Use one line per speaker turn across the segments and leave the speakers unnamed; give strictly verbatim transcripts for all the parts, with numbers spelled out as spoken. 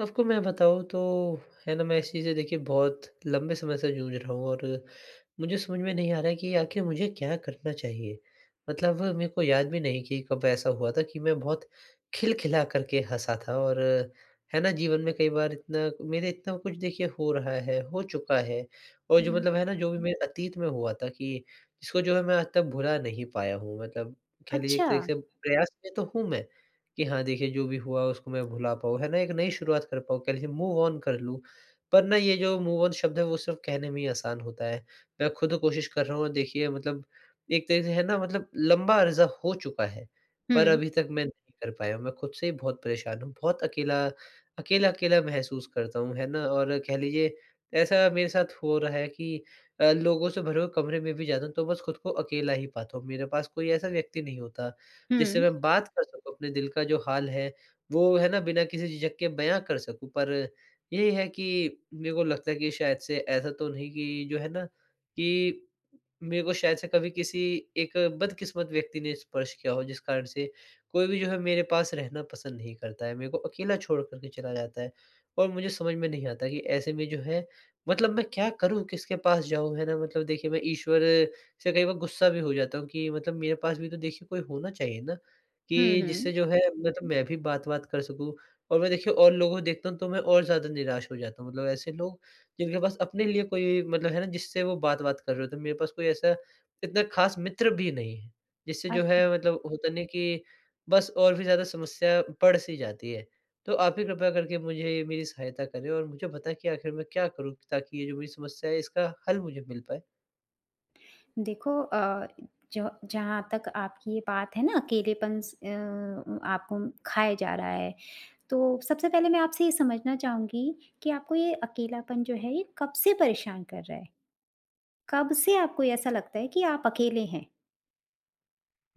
आपको मैं बताऊँ तो, है ना, मैं इस चीज़ से देखिए बहुत लंबे समय से जूझ रहा हूँ और मुझे समझ में नहीं आ रहा है कि आखिर मुझे क्या करना चाहिए। मतलब मेरे को याद भी नहीं कि कब ऐसा हुआ था कि मैं बहुत खिलखिला करके हँसा था। और है ना, जीवन में कई बार इतना, मेरे इतना कुछ देखिए हो रहा है, हो चुका है। और जो
हुँ।
मतलब है ना, जो भी मेरे अतीत में हुआ था, कि जिसको जो है मैं आज तक भुला नहीं पाया हूँ। मतलब कह लीजिए
अच्छा।
एक तरीके से प्रयास में तो हूँ मैं, कि हाँ, देखिए जो भी हुआ उसको मैं भुला पाऊँ, है ना? एक नई शुरुआत कर पाऊँ, कह लीजिए मूव ऑन कर लूँ। पर ना, ये जो मूव ऑन शब्द है, वो सिर्फ़ कहने में ही आसान होता है। मैं खुद कोशिश कर रहा हूँ और देखिए मतलब एक तरह से है ना, मतलब लंबा अर्ज़ा हो चुका है,
हुँ,
पर अभी तक मैं नहीं कर पाया हूँ। मैं खुद से ही बहुत परेशान हूँ, बहुत अकेला अकेला-अकेला महसूस करता हूँ, है ना? और कह लीजिए ऐसा मेरे साथ हो रहा है कि अ, लोगों से भरे हुए कमरे में भी जाता हूँ, तो बस खुद को अकेला ही पाता हूँ। मेरे पास कोई ऐसा व्यक्ति नहीं होता
हुँ,
जिससे मैं बात कर सकूँ, अपने दिल का जो हाल है, वो है ना, बिना किसी झिझक के बयाँ कर सकूँ। पर यही है कि मेरे को लगता है कि शायद से ऐसा तो नहीं कि जो है ना कि मेरे को शायद से कभी किसी एक बदकिस्मत व्यक्ति ने स्पर्श किया हो, जिस कारण से कोई भी जो है मेरे पास रहना पसंद नहीं करता है। मेरे को अकेला छोड़ कर के चला जाता है। और मुझे समझ में नहीं आता कि ऐसे में जो है, मतलब मैं क्या करूँ? किसके पास जाऊँ? है ना? मतलब देखिए, मैं ईश्वर से कई बार गुस्सा भी हो जाता हूँ कि मतलब मेरे पास भी तो देखिए कोई होना चाहिए ना,
हुँ,
कि
हुँ।
जिससे जो है मतलब मैं भी बात-वात कर सकूँ। और मैं देखिए और लोगों को देखता हूँ, तो मैं और ज़्यादा निराश हो जाता हूँ। मतलब ऐसे लोग जिनके पास अपने लिए कोई मतलब है ना, जिससे वो बात-वात कर रहे हो, तो मेरे पास कोई ऐसा इतना ख़ास मित्र भी नहीं है, जिससे जो
अच
है मतलब होता नहीं, कि बस और भी ज़्यादा समस्या बढ़-सी जाती है। तो आप ही कृपया करके मुझे मेरी सहायता करें और मुझे बताएँ कि आखिर मैं क्या करूँ, ताकि ये जो मेरी समस्या है, इसका हल मुझे मिल पाए?
देखो, अ, जो जहाँ तक आपकी ये बात है ना, अकेलेपन स अ, आपको खाया जा रहा है, तो सबसे पहले मैं आपसे ये समझना चाहूँगी कि आपको ये अकेलापन जो है ये कब से परेशान कर रहा है? कब से आपको ऐसा लगता है कि आप अकेले हैं?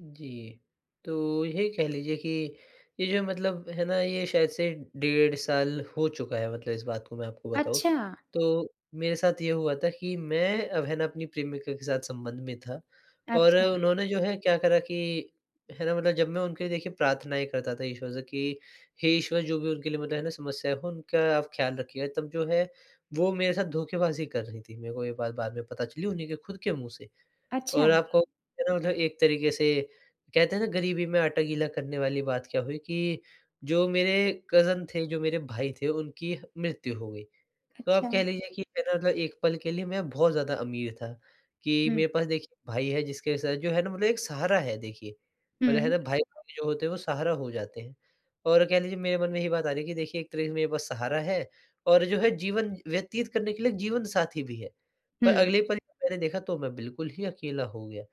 जी। तो ये कह लीजिए कि ये जो मतलब है ना, ये शायद से डेढ़ साल हो चुका है, मतलब इस बात को मैं आपको बताऊँ।
अच्छा,
तो मेरे साथ ये हुआ था कि मैं अब है ना अपनी प्रेमिका के साथ संबंध में था, और
अच्छा,
उन्होंने जो है क्या करा कि, है ना, मतलब जब मैं उनके लिए देखिए प्रार्थनाएँ करता था ईश्वर से कि हे ईश्वर, जो भी उनके लिए मतलब है ना समस्या हो, उनका आप ख़्याल रखिएगा, तब जो है, वो मेरे साथ धोखेबाज़ी कर रही थी। मेरे को ये बात बाद में पता चली, उन्हीं के खुद के मुँह से।
अच्छा,
और आपको है ना मतलब, एक तरीके से कहते हैं ना, गरीबी में आटा गीला करने वाली बात क्या हुई कि जो मेरे कज़न थे, जो मेरे भाई थे, उनकी मृत्यु हो गई। तो आप
अच्छा।
कह लीजिए कि है ना मतलब, एक पल के लिए मैं बहुत ज़्यादा अमीर था, कि
हुँ,
मेरे पास देखिए भाई है, जिसके साथ जो है ना, मतलब एक सहारा है देखिए।
हुँ,
मतलब है ना, भाई-बहन जो होते हैं, वो सहारा हो जाते हैं। और कह लीजिए मेरे मन में यही बात आ रही है कि देखिए एक तरीके से मेरे पास सहारा है और जो है, जीवन व्यतीत करने के लिए जीवनसाथी भी है।
हुँ।
पर अगले पल जब मैंने देखा, तो मैं बिल्कुल ही अकेला हो गया।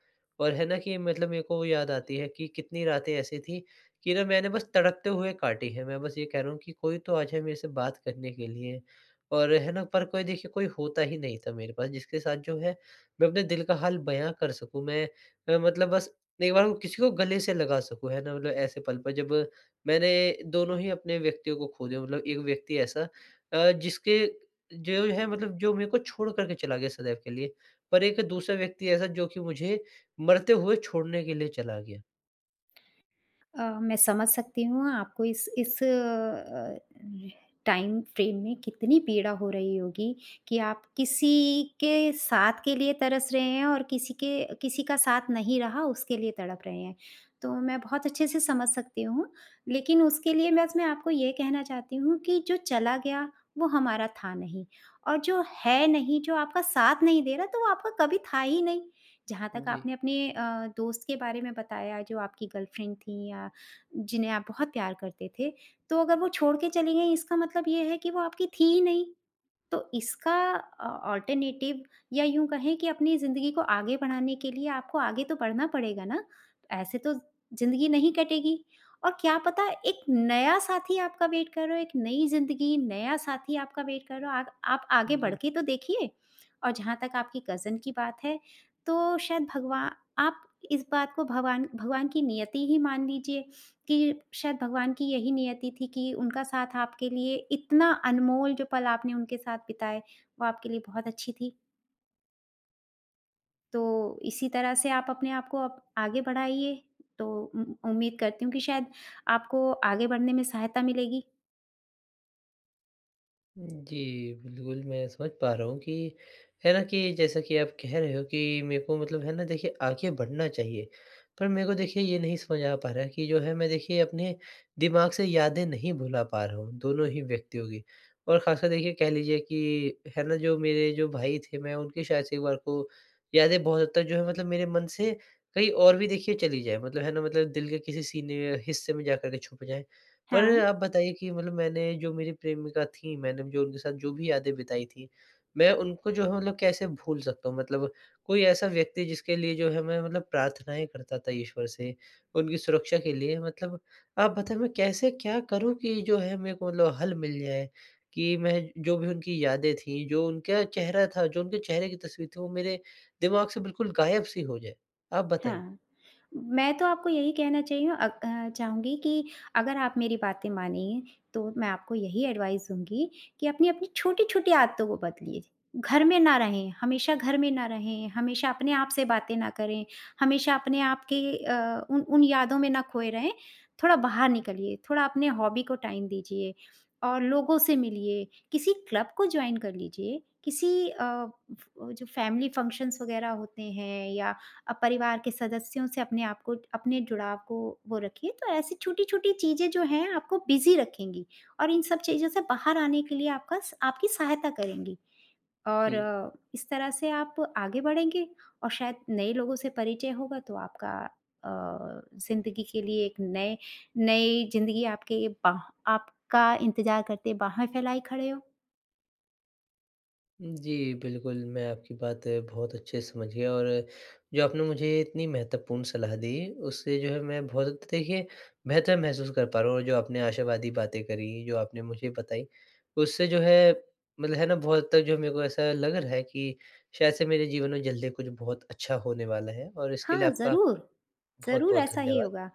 और है ना, कि मतलब मेरे को वो याद आती है कि कितनी रातें ऐसी थी कि ना, मैंने बस तड़पते हुए काटी है। मैं बस ये कह रहा हूँ कि कोई तो आ जाए मेरे से बात करने के लिए। और है ना, पर कोई देखिए, कोई होता ही नहीं था मेरे पास, जिसके साथ जो है मैं अपने दिल का हाल बयाँ कर सकूँ। मैं अ, मतलब बस एक बार किसी को गले से लगा सकूँ, है ना? मतलब ऐसे पल पर जब मैंने दोनों ही अपने व्यक्तियों को खो दिया। मतलब एक व्यक्ति ऐसा, अ, जिसके जो है, मतलब जो मेरे को छोड़ कर के चला गया सदैव के लिए, पर एक दूसरा व्यक्ति ऐसा जो कि मुझे मरते हुए छोड़ने के लिए चला गया।
अ, मैं समझ सकती हूँ आपको इस इस अ, टाइम फ्रेम में कितनी पीड़ा हो रही होगी कि आप किसी के साथ के लिए तरस रहे हैं और किसी के किसी का साथ नहीं रहा उसके लिए तड़प रहे हैं। तो मैं बहुत अच्छे से समझ सकती हूँ, लेकिन उसके लिए बस मैं आपको ये कहना चाहती हूँ कि जो चला गया वो हमारा था नहीं और जो है नहीं, जो आपका साथ नहीं दे रहा तो वो आपका कभी था ही नहीं। जहाँ तक
जी।
आपने अपने अ, दोस्त के बारे में बताया, जो आपकी गर्लफ्रेंड थी, या जिन्हें आप बहुत प्यार करते थे, तो अगर वो छोड़ के चली गईं, इसका मतलब ये है कि वो आपकी थी ही नहीं। तो इसका अ, अल्टरनेटिव, या यूँ कहें कि अपनी ज़िंदगी को आगे बढ़ाने के लिए आपको आगे तो बढ़ना पड़ेगा ना। ऐसे तो ज़िंदगी नहीं कटेगी, और क्या पता एक नया साथी आपका वेट कर रहा हो, एक नई ज़िंदगी, नया साथी आपका वेट कर रहा हो। आप आप आगे बढ़
जी।
के तो देखिए। और जहाँ तक आपकी कज़िन की बात है, तो शायद भगवा आप इस बात को भगवान भगवान की नियति ही मान लीजिए कि शायद भगवान की यही नियति थी। कि उनका साथ आपके लिए इतना अनमोल, जो पल आपने उनके साथ बिताए, वो आपके लिए बहुत अच्छी थी। तो इसी तरह से आप अपने आप को आप आगे बढ़ाइए, तो उम, उम्मीद करती हूँ कि शायद आपको आगे बढ़ने में सहायता मिलेगी।
जी, बिल्कुल, मैं समझ पा रहा हूँ कि है ना, कि जैसा कि आप कह रहे हो कि मेरे को मतलब है ना देखिए आगे बढ़ना चाहिए। पर मेरे को देखिए ये नहीं समझ आ पा रहा है कि जो है, मैं देखिए अपने दिमाग से यादें नहीं भुला पा रहा हूँ, दोनों ही व्यक्तियों की। और ख़ासकर देखिए, कह लीजिए कि है ना, जो मेरे जो भाई थे, मैं उनकी शायद से एक बार को यादें बहुत हद तक जो है, मतलब मेरे मन से कहीं और भी देखिए चली जाए। मतलब है ना, मतलब दिल के किसी सीने हिस्से में जा कर के छुप जाए। पर
हाँ।
आप बताइए कि मतलब मैंने जो मेरी प्रेमिका थी, मैंने जो उनके साथ जो भी यादें बिताई थी, मैं उनको जो है, मतलब कैसे भूल सकता हूँ? मतलब कोई ऐसा व्यक्ति जिसके लिए जो है मैं मतलब प्रार्थनाएँ करता था ईश्वर से, उनकी सुरक्षा के लिए, मतलब आप बताएँ, मैं कैसे क्या करूँ कि जो है, मेरे को मतलब हल मिल जाए? कि मैं जो भी उनकी यादें थी, जो उनका चेहरा था, जो उनके चेहरे की तस्वीर थी, वो मेरे दिमाग से बिल्कुल गायब-सी हो जाए। आप बताएँ?
हाँ, मैं तो आपको यही कहना चाहिए अ अ, चाहूँगी कि अगर आप मेरी बातें मानेंगे, तो मैं आपको यही एडवाइस दूँगी कि अपनी-अपनी छोटी-छोटी आदतों को बदलिए। घर में ना रहें, हमेशा घर में ना रहें, हमेशा अपने आप से बातें ना करें, हमेशा अपने आप के अ, उन उन यादों में ना खोए रहें। थोड़ा बाहर निकलिए, थोड़ा अपने हॉबी को टाइम दीजिए और लोगों से मिलिए, किसी क्लब को जॉइन कर लीजिए, किसी अ, फ जो फैमिली फंक्शन्स वग़ैरह होते हैं, या अब परिवार के सदस्यों से अपने आप को, अपने जुड़ाव को वो रखिए। तो ऐसी छोटी-छोटी चीज़ें जो हैं आपको बिज़ी रखेंगी और इन सब चीज़ों से बाहर आने के लिए आपका स आपकी सहायता करेंगी,
जी।
और अ, इस तरह से आप आगे बढ़ेंगे, और शायद नए लोगों से परिचय होगा, तो आपका अ, ज़िंदगी के लिए एक नए नई ज़िंदगी आपके बाह आपका इंतज़ार करते बाहें फैलाए खड़े हो।
जी, बिल्कुल, मैं आपकी बात अ, बहुत अच्छे से समझ गया, और अ, जो आपने मुझे इतनी महत्वपूर्ण सलाह दी, उससे जो है मैं बहुत देखिए बेहतर महसूस कर पा रहा हूँ, और जो आपने आशावादी बातें करी, जो आपने मुझे बताई, उससे जो है, मतलब है ना, बहुत तक जो मेरे को ऐसा लग रहा है कि शायद से मेरे जीवन में जल्दी कुछ बहुत अच्छा होने वाला है, और इसके लिए
हाँ,
आपका
ज़रूर। ज़रूर
बहुत-बहुत
ऐसा ही
धन्यवाद।
होगा,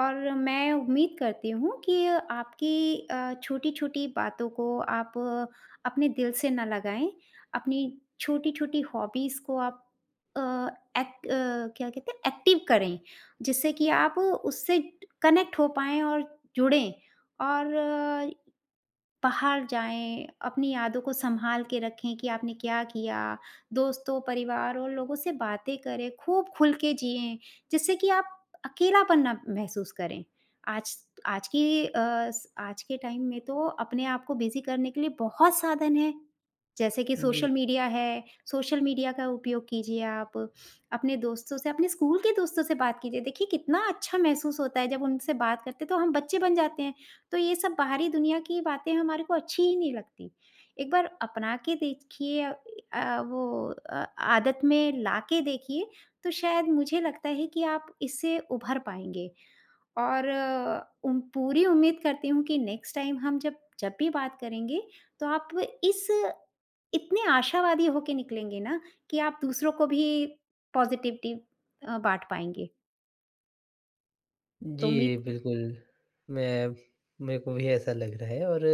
और मैं उम्मीद करती हूँ कि आपकी अ, छोटी-छोटी बातों को आप अ, अपने दिल से ना लगाएँ। अपनी छोटी-छोटी हॉबीज़ को आप अ, एक्ट अ, क्या कहते हैं, एक्टिव करें, जिससे कि आप उससे कनेक्ट हो पाएँ और जुड़ें, और बाहर जाएँ, अपनी यादों को सँभाल के रखें कि आपने क्या किया, दोस्तों, परिवार और लोगों से बातें करें, खूब खुल के जिएँ, जिससे कि आप अकेलापन ना महसूस करें। आज आज की अ, स आज के टाइम में तो अपने आप को बिज़ी करने के लिए बहुत साधन हैं, जैसे कि
जी,
सोशल मीडिया है, सोशल मीडिया का उपयोग कीजिए आप, अपने दोस्तों से, अपने स्कूल के दोस्तों से बात कीजिए, देखिए कितना अच्छा महसूस होता है जब उनसे बात करते हैं, तो हम बच्चे बन जाते हैं। तो ये सब बाहरी दुनिया की बातें हमारे को अच्छी ही नहीं लगती। एक बार अपना के देखिए, अ, वो अ, आदत में ला के देखिए, तो शायद मुझे लगता है कि आप इससे उभर पाएँगे, और अ, उम, पूरी उम्मीद करती हूँ कि नेक्स्ट टाइम हम जब जब भी बात करेंगे, तो आप इस इतने आशावादी होके निकलेंगे ना कि आप दूसरों को भी पॉज़िटिविटी अ, बाँट पाएँगे। तो उम्मीद
जी, बिल्कुल, मैं मेरे को भी ऐसा लग रहा है, और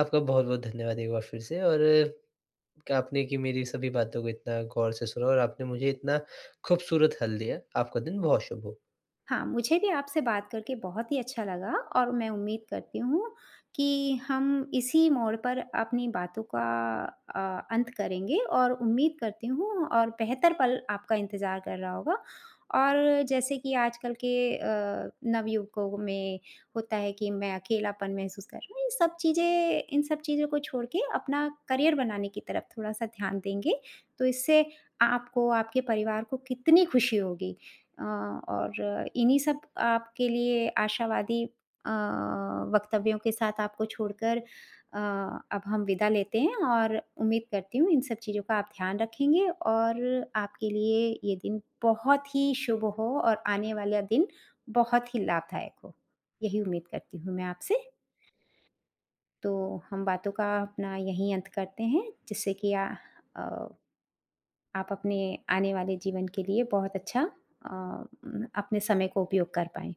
आपका बहुत-बहुत धन्यवाद एक बार फिर से, और आपने कि मेरी सभी बातों को इतना गौर से सुना और आपने मुझे इतना खूबसूरत हल दिया। आपका दिन बहुत शुभ हो।
हाँ, मुझे भी आपसे बात करके बहुत ही अच्छा लगा, और मैं उम्मीद करती हूँ कि हम इसी मोड़ पर अपनी बातों का अ, अंत करेंगे, और उम्मीद करती हूँ और बेहतर पल आपका इंतज़ार कर रहा होगा। और जैसे कि आजकल के अ, नवयुवकों में होता है कि मैं अकेलापन महसूस कर रहा हूँ, ये सब चीज़ें, इन सब चीज़ों को छोड़ के अपना करियर बनाने की तरफ थोड़ा-सा ध्यान देंगे, तो इससे आपको, आपके परिवार को कितनी खुशी होगी। अ, और इन्हीं सब आपके लिए आशावादी अ, वक्तव्यों के साथ आपको छोड़कर, अ, अब हम विदा लेते हैं, और उम्मीद करती हूँ इन सब चीज़ों का आप ध्यान रखेंगे, और आपके लिए ये दिन बहुत ही शुभ हो और आने वाला दिन बहुत ही लाभदायक हो। यही उम्मीद करती हूँ मैं आपसे। तो हम बातों का अपना यहीं अंत करते हैं, जिससे कि आ, अ, आप अपने आने वाले जीवन के लिए बहुत अच्छा, अ, अपने समय को उपयोग कर पाएँ।